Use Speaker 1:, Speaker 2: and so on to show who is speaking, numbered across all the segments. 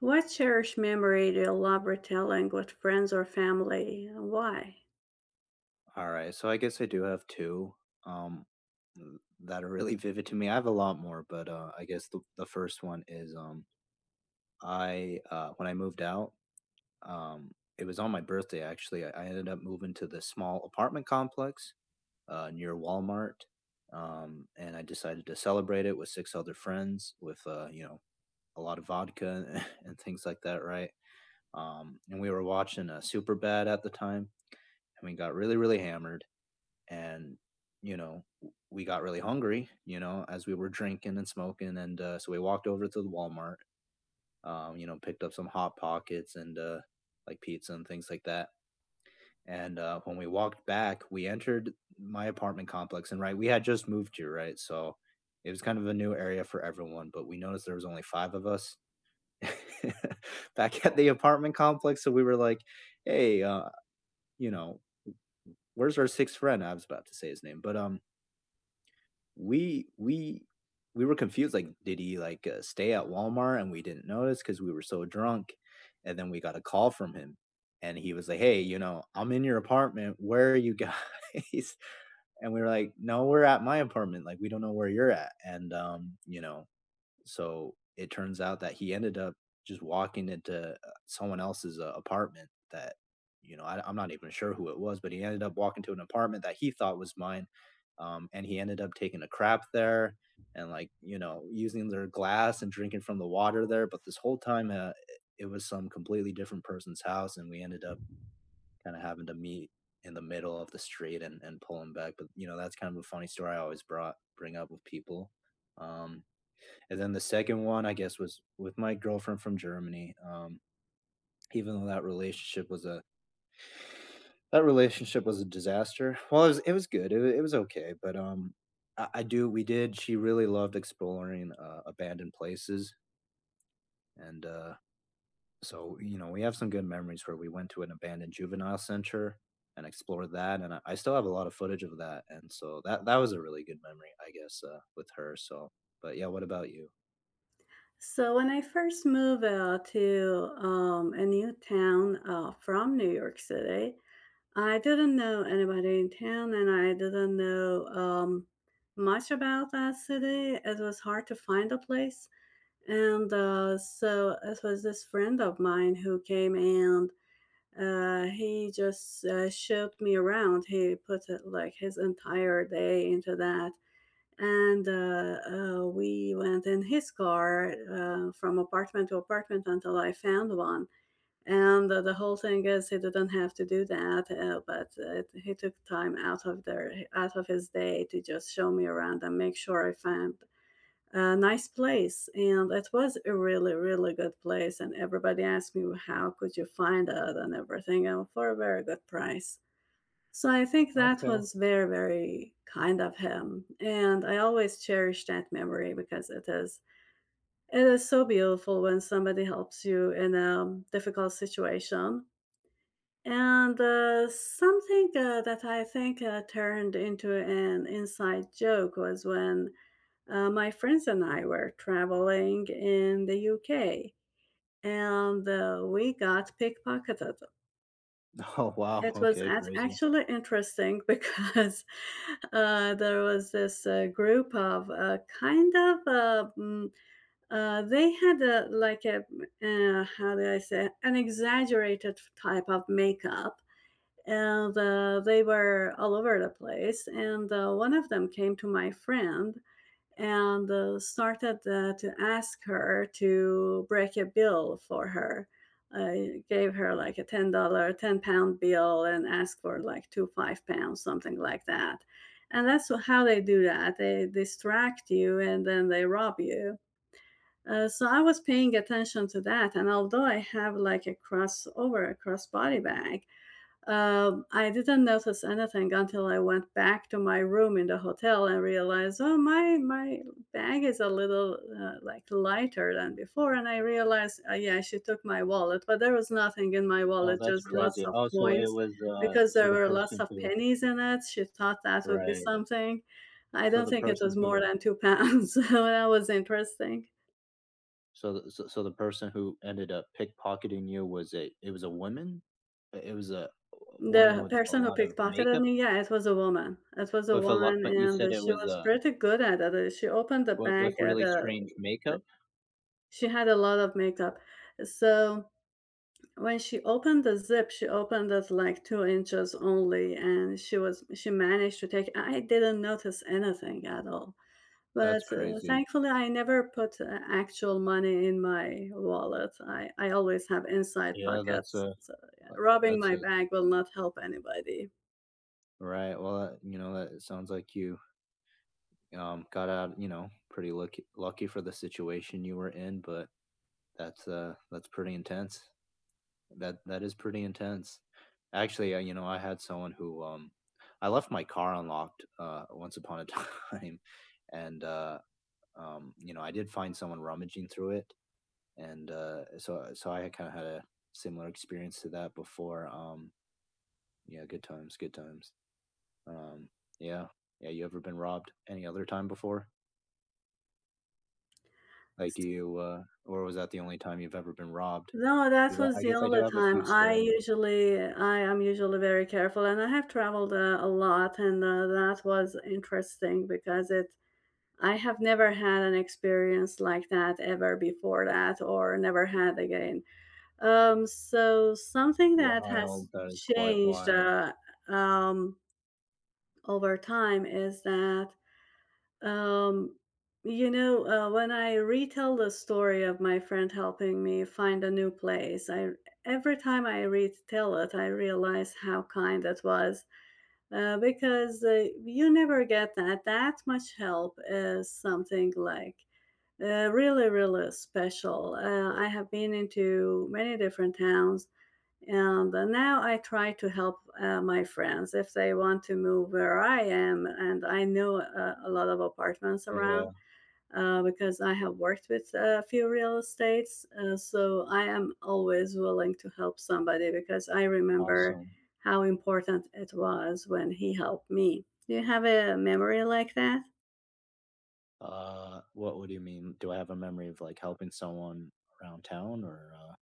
Speaker 1: What cherished memory do you love retelling with friends or family? And why?
Speaker 2: All right, so I guess I do have two. um, th- that are really vivid to me. I have a lot more, but I guess the first one is I when I moved out, um, it was on my birthday actually. I ended up moving to this small apartment complex near Walmart, and I decided to celebrate it with six other friends with a lot of vodka and things like that, right? And we were watching Superbad at the time, and we got really really hammered. And we got really hungry as we were drinking and smoking, and so we walked over to the Walmart, picked up some hot pockets and like pizza and things like that. And when we walked back, we entered my apartment complex, and right, we had just moved here, right, so it was kind of a new area for everyone. But we noticed there was only five of us back at the apartment complex. So we were like, "Hey, you know where's our sixth friend?" I was about to say his name, but We we we were confused, like, did he, like, stay at Walmart and we didn't notice because we were so drunk? And then we got a call from him, and he was like, "Hey, I'm in your apartment, where are you guys?" And we were like, "No, we're at my apartment, like, we don't know where you're at." And, so it turns out that he ended up just walking into someone else's apartment that, I'm not even sure who it was, but he ended up walking to an apartment that he thought was mine. And he ended up taking a crap there and, using their glass and drinking from the water there. But this whole time, it was some completely different person's house. And we ended up kind of having to meet in the middle of the street and pull him back. But, that's kind of a funny story I always brought bring up with people. Um, and then the second one, I guess, was with my girlfriend from Germany. Even though that relationship was a disaster. Well, it was good. It was okay, but I do we did. She really loved exploring abandoned places, and so we have some good memories where we went to an abandoned juvenile center and explored that, and I still have a lot of footage of that, and so that was a really good memory, I guess, with her. So, but yeah, what about you?
Speaker 1: So, when I first moved out to a new town from New York City, I didn't know anybody in town and I didn't know much about that city. It was hard to find a place. And so, it was this friend of mine who came and he just showed me around. He put like his entire day into that. And we went in his car from apartment to apartment until I found one. And the whole thing is, he didn't have to do that, but he took time out of his day to just show me around and make sure I found a nice place, and it was a really, really good place, and everybody asked me how could you find it and everything, and for a very good price. So I think that
Speaker 2: Okay.
Speaker 1: was very, very kind of him, and I always cherish that memory because it is so beautiful when somebody helps you in a difficult situation. And something that I think turned into an inside joke was when my friends and I were traveling in the UK and we got pickpocketed.
Speaker 2: Oh wow,
Speaker 1: It was
Speaker 2: okay, crazy.
Speaker 1: actually interesting because there was this group of kind of, they had a, like, how do I say, an exaggerated type of makeup, and they were all over the place. And one of them came to my friend and started to ask her to break a bill for her. I gave her like a $10, £10 bill, and asked for like two £5, something like that. And that's how they do that. They distract you and then they rob you. So I was paying attention to that, and although I have like a crossover, a cross body bag, I didn't notice anything until I went back to my room in the hotel and realized, oh, my bag is a little like lighter than before. And I realized, yeah, she took my wallet, but there was nothing in my
Speaker 2: Oh,
Speaker 1: wallet,
Speaker 2: that's
Speaker 1: just lots
Speaker 2: crazy.
Speaker 1: of
Speaker 2: Oh, so it
Speaker 1: coins,
Speaker 2: was,
Speaker 1: because
Speaker 2: so
Speaker 1: there
Speaker 2: the
Speaker 1: were lots
Speaker 2: person
Speaker 1: of
Speaker 2: who
Speaker 1: pennies in it. She thought that would be
Speaker 2: Right.
Speaker 1: something. I
Speaker 2: So
Speaker 1: don't
Speaker 2: the
Speaker 1: think it
Speaker 2: person
Speaker 1: was more
Speaker 2: who
Speaker 1: than £2, so that was interesting.
Speaker 2: so the person who ended up pickpocketing you was a woman? I it was a Woman
Speaker 1: The
Speaker 2: with a
Speaker 1: person who
Speaker 2: lot of
Speaker 1: pickpocketed
Speaker 2: makeup?
Speaker 1: me, yeah, it was a woman. It was a
Speaker 2: With a lot
Speaker 1: woman,
Speaker 2: but you
Speaker 1: and
Speaker 2: said it
Speaker 1: she
Speaker 2: was,
Speaker 1: was pretty good at it. She opened the
Speaker 2: with
Speaker 1: bag at
Speaker 2: really
Speaker 1: a
Speaker 2: strange makeup?
Speaker 1: She had a lot of makeup. So when she opened the zip, she opened it like 2 inches only, and she managed to take. I didn't notice anything at all.
Speaker 2: That's
Speaker 1: But,
Speaker 2: crazy.
Speaker 1: thankfully, I never put, actual money in my wallet. I always have inside
Speaker 2: Yeah,
Speaker 1: pockets, so, yeah,
Speaker 2: uh,
Speaker 1: robbing
Speaker 2: that's
Speaker 1: my
Speaker 2: a
Speaker 1: bag will not help anybody.
Speaker 2: Right, well, that it sounds like you, got out, pretty lucky for the situation you were in, but that's pretty intense. That is pretty intense. Actually, I had someone who I left my car unlocked once upon a time. And I did find someone rummaging through it, and so I kind of had a similar experience to that before. Yeah, good times, good times. Um yeah. Yeah, you ever been robbed any other time before? Like do you or was that the only time you've ever been robbed?
Speaker 1: No, that
Speaker 2: Cuz I,
Speaker 1: was
Speaker 2: I
Speaker 1: the
Speaker 2: guess I do
Speaker 1: only
Speaker 2: have a
Speaker 1: time.
Speaker 2: few story
Speaker 1: I am usually very careful, and I have traveled, a lot, and, that was interesting because it I have never had an experience like that ever before that or never had again. So something that
Speaker 2: wild,
Speaker 1: has
Speaker 2: that is quite
Speaker 1: changed,
Speaker 2: wild.
Speaker 1: um, over time is that um, you know, when I retell the story of my friend helping me find a new place, I every time I retell it, I realize how kind it was, because you never get that. That much help is something like really, really special. I have been into many different towns, and now I try to help my friends if they want to move where I am. And I know a lot of apartments around,
Speaker 2: Yeah.
Speaker 1: because I have worked with a few real estates. So I am always willing to help somebody because I remember
Speaker 2: Awesome.
Speaker 1: how important it was when he helped me. Do you have a memory like that?
Speaker 2: What do you mean? Do I have a memory of, like, helping someone around town or,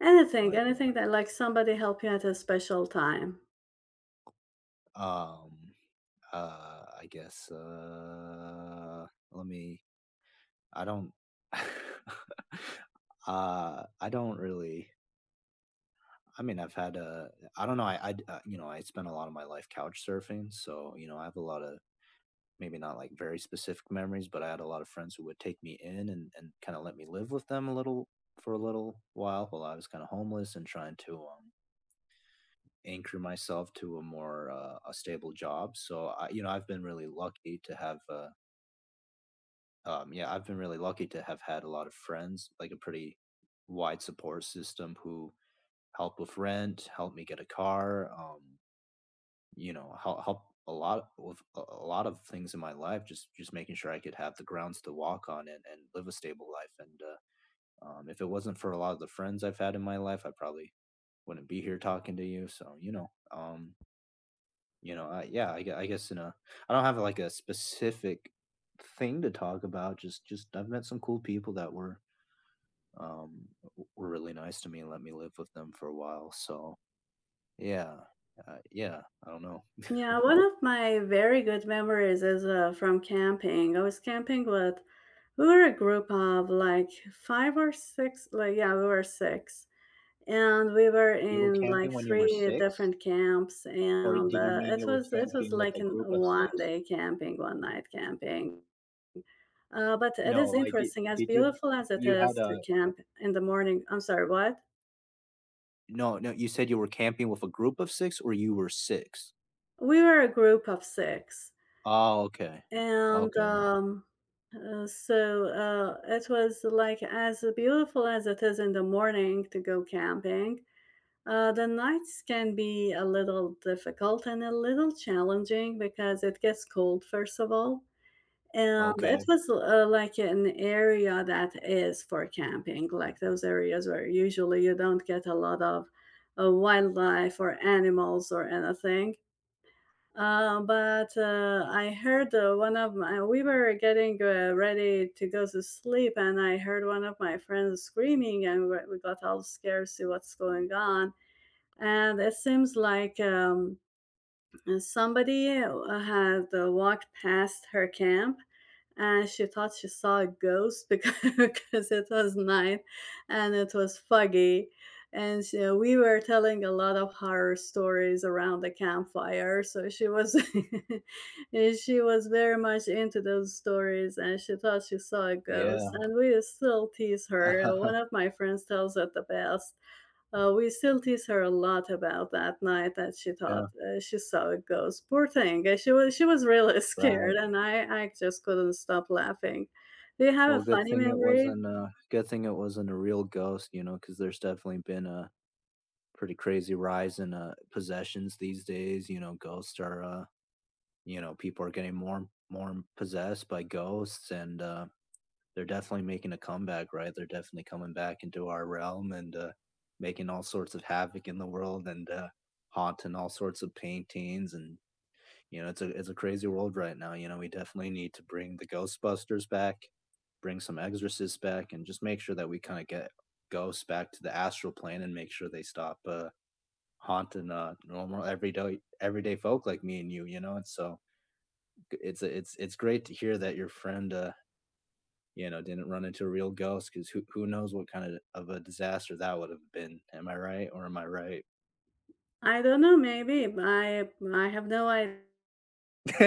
Speaker 1: Anything,
Speaker 2: like,
Speaker 1: anything that like somebody helped you at a special time?
Speaker 2: uh, um, I guess, let me I don't uh, I don't really I've had a I don't know, I. I I spent a lot of my life couch surfing, so, I have a lot of. Maybe not like very specific memories, but I had a lot of friends who would take me in and kinda let me live with them a little for a little while I was kinda homeless and trying to, anchor myself to a more, a stable job. So I've been really lucky to have, yeah, I've been really lucky to have had a lot of friends, like a pretty wide support system who help with rent, help me get a car, help a lot with a lot of things in my life, just making sure I could have the grounds to walk on and live a stable life. And if it wasn't for a lot of the friends I've had in my life, I probably wouldn't be here talking to you. So you know I, yeah I, gue- I guess in a I don't have like a specific thing to talk about. Just I've met some cool people that were were really nice to me and let me live with them for a while. So yeah, yeah, I don't know.
Speaker 1: Yeah, one of my very good memories is from camping. I was camping with, We were a group of like five or six, like, yeah, we were six. And we were
Speaker 2: You were
Speaker 1: in like
Speaker 2: number
Speaker 1: three
Speaker 2: six?
Speaker 1: different camps,
Speaker 2: Or
Speaker 1: and
Speaker 2: did you mean
Speaker 1: it
Speaker 2: you were
Speaker 1: was it was
Speaker 2: camping with
Speaker 1: like
Speaker 2: a
Speaker 1: an
Speaker 2: group of
Speaker 1: one
Speaker 2: 6?
Speaker 1: day camping, 1 night camping. But it is
Speaker 2: No, I
Speaker 1: interesting, as
Speaker 2: did you
Speaker 1: beautiful as it
Speaker 2: you had
Speaker 1: is to
Speaker 2: a
Speaker 1: camp in the morning. I'm sorry, what?
Speaker 2: no, no, you said you were camping with a group of 6, or you were 6?
Speaker 1: We were a group of six.
Speaker 2: Oh, okay.
Speaker 1: And,
Speaker 2: Okay,
Speaker 1: so, it was, like, as beautiful as it is in the morning to go camping, the nights can be a little difficult and a little challenging because it gets cold, first of all. And it
Speaker 2: okay,
Speaker 1: was, like, an area that is for camping, like those areas where usually you don't get a lot of, wildlife or animals or anything. But I heard we were getting ready to go to sleep, and I heard one of my friends screaming, and we got all scared to see what's going on. And it seems like somebody had walked past her camp, and she thought she saw a ghost because, because it was night and it was foggy. And so we were telling a lot of horror stories around the campfire. So she was she was very much into those stories, and she thought she saw a ghost.
Speaker 2: yeah.
Speaker 1: And we still tease her. One of my friends tells it the best. We still tease her a lot about that night that she thought
Speaker 2: Yeah,
Speaker 1: she saw a ghost. Poor thing, she was really
Speaker 2: right.
Speaker 1: scared, and I just couldn't stop laughing. Do you have
Speaker 2: Well,
Speaker 1: a
Speaker 2: good
Speaker 1: funny
Speaker 2: thing it
Speaker 1: memory?
Speaker 2: wasn't a real ghost, you know, because there's definitely been a pretty crazy rise in, possessions these days. You know, ghosts are, people are getting more possessed by ghosts and, they're definitely making a comeback, right? They're definitely coming back into our realm and making all sorts of havoc in the world, and haunting all sorts of paintings. And it's a crazy world right now. You know, we definitely need to bring the Ghostbusters back, bring some Exorcists back, and just make sure that we kind of get ghosts back to the astral plane and make sure they stop haunting normal everyday folk like me and you. You know, and so it's great to hear that your friend didn't run into a real ghost, because who knows what kind of a disaster that would have been. Am I right or am I right?
Speaker 1: I don't know. Maybe I have no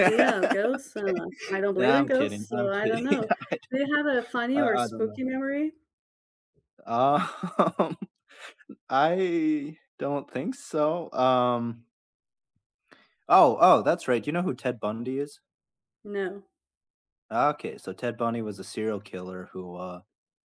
Speaker 1: idea of ghosts. I don't believe
Speaker 2: Nah,
Speaker 1: in
Speaker 2: I'm kidding,
Speaker 1: ghosts,
Speaker 2: I'm
Speaker 1: so I
Speaker 2: kidding.
Speaker 1: don't know.
Speaker 2: I
Speaker 1: Do you have a funny or
Speaker 2: I don't know.
Speaker 1: spooky memory?
Speaker 2: Um, I don't think so. Oh, oh, that's right. Do you know who Ted Bundy is?
Speaker 1: No.
Speaker 2: Okay, so Ted Bundy was a serial killer who,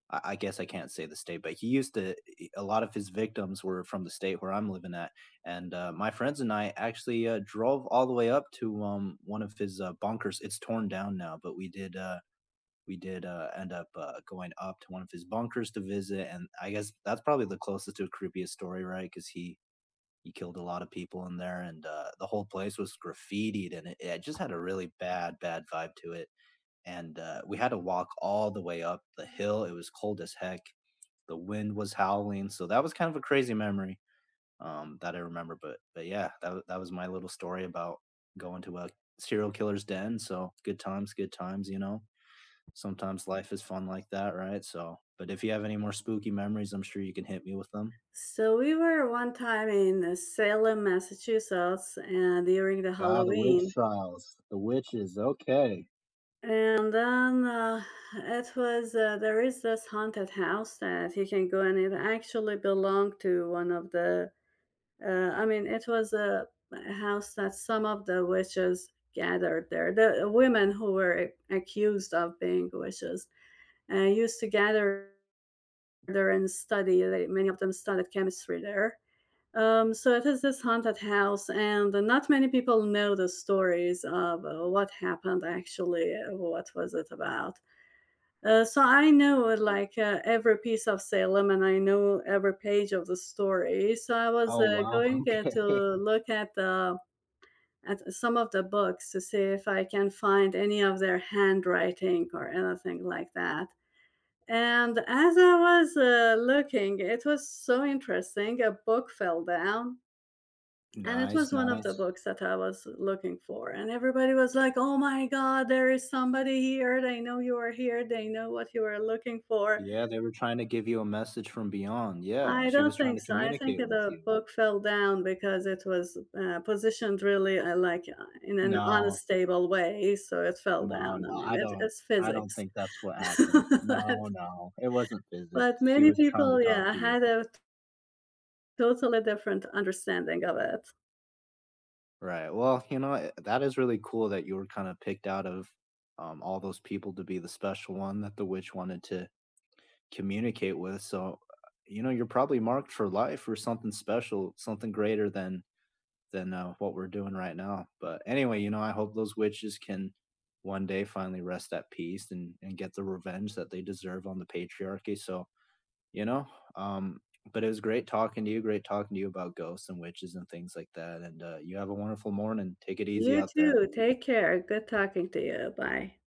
Speaker 2: I guess I can't say the state, but he used to. He- A lot of his victims were from the state where I'm living at. And my friends and I actually drove all the way up to one of his bunkers. It's torn down now, but we did end up going up to one of his bunkers to visit, and I guess that's probably the closest to a creepiest story, right? Because he killed a lot of people in there. And the whole place was graffitied, and it just had a really bad vibe to it. And we had to walk all the way up the hill. It was cold as heck. The wind was howling, so that was kind of a crazy memory that I remember. But yeah, that was my little story about going to a serial killer's den. So good times, good times. You know, sometimes life is fun like that, right? So, but if you have any more spooky memories, I'm sure you can hit me with them.
Speaker 1: So we were one time in Salem, Massachusetts, and during the
Speaker 2: Ah, the witch
Speaker 1: Halloween.
Speaker 2: trials. The witches. Okay.
Speaker 1: And then it was there is this haunted house that you can go, and it actually belonged to one of the I mean it was a house that some of the witches gathered there. The women who were accused of being witches used to gather there and study. They, many of them studied chemistry there. So it is this haunted house, and not many people know the stories of what happened actually, what was it about. So I know like every piece of Salem and I know every page of the story. So I was
Speaker 2: Oh,
Speaker 1: uh,
Speaker 2: wow.
Speaker 1: going uh, to look at the at some of the books to see if I can find any of their handwriting or anything like that. And as I was looking, it was so interesting. A book fell down, and it
Speaker 2: Nice,
Speaker 1: was one of the
Speaker 2: nice.
Speaker 1: books that I was looking for. And everybody was like, "Oh my God, there is somebody here! They know you are here. They know what you are looking for."
Speaker 2: Yeah, they were trying to give you a message from beyond, yeah,
Speaker 1: I
Speaker 2: she was
Speaker 1: don't
Speaker 2: trying
Speaker 1: think
Speaker 2: to
Speaker 1: so. I think
Speaker 2: communicate with
Speaker 1: the
Speaker 2: you.
Speaker 1: book fell down because it was positioned really in an
Speaker 2: No,
Speaker 1: unstable way, so it fell
Speaker 2: no,
Speaker 1: down.
Speaker 2: no,
Speaker 1: I mean,
Speaker 2: I don't
Speaker 1: it's
Speaker 2: I don't
Speaker 1: physics.
Speaker 2: think that's what happened.
Speaker 1: but,
Speaker 2: No, no, it wasn't physics,
Speaker 1: but
Speaker 2: she
Speaker 1: many
Speaker 2: was trying to
Speaker 1: people,
Speaker 2: talk
Speaker 1: yeah,
Speaker 2: to you.
Speaker 1: had a totally different understanding of it.
Speaker 2: Right, well, you know, eh, that is really cool that you were kinda picked out of, all those people to be the special one that the witch wanted to communicate with, so, you're probably marked for life for something special, something greater than what we're doing right now. But anyway, you know, I hope those witches can one day finally rest at peace and get the revenge that they deserve on the patriarchy. So you know, um, but it was great talking to you. Great talking to you about ghosts and witches and things like that. And you have a wonderful morning. Take it easy
Speaker 1: You
Speaker 2: out there.
Speaker 1: too. Take care. Good talking to you. Bye.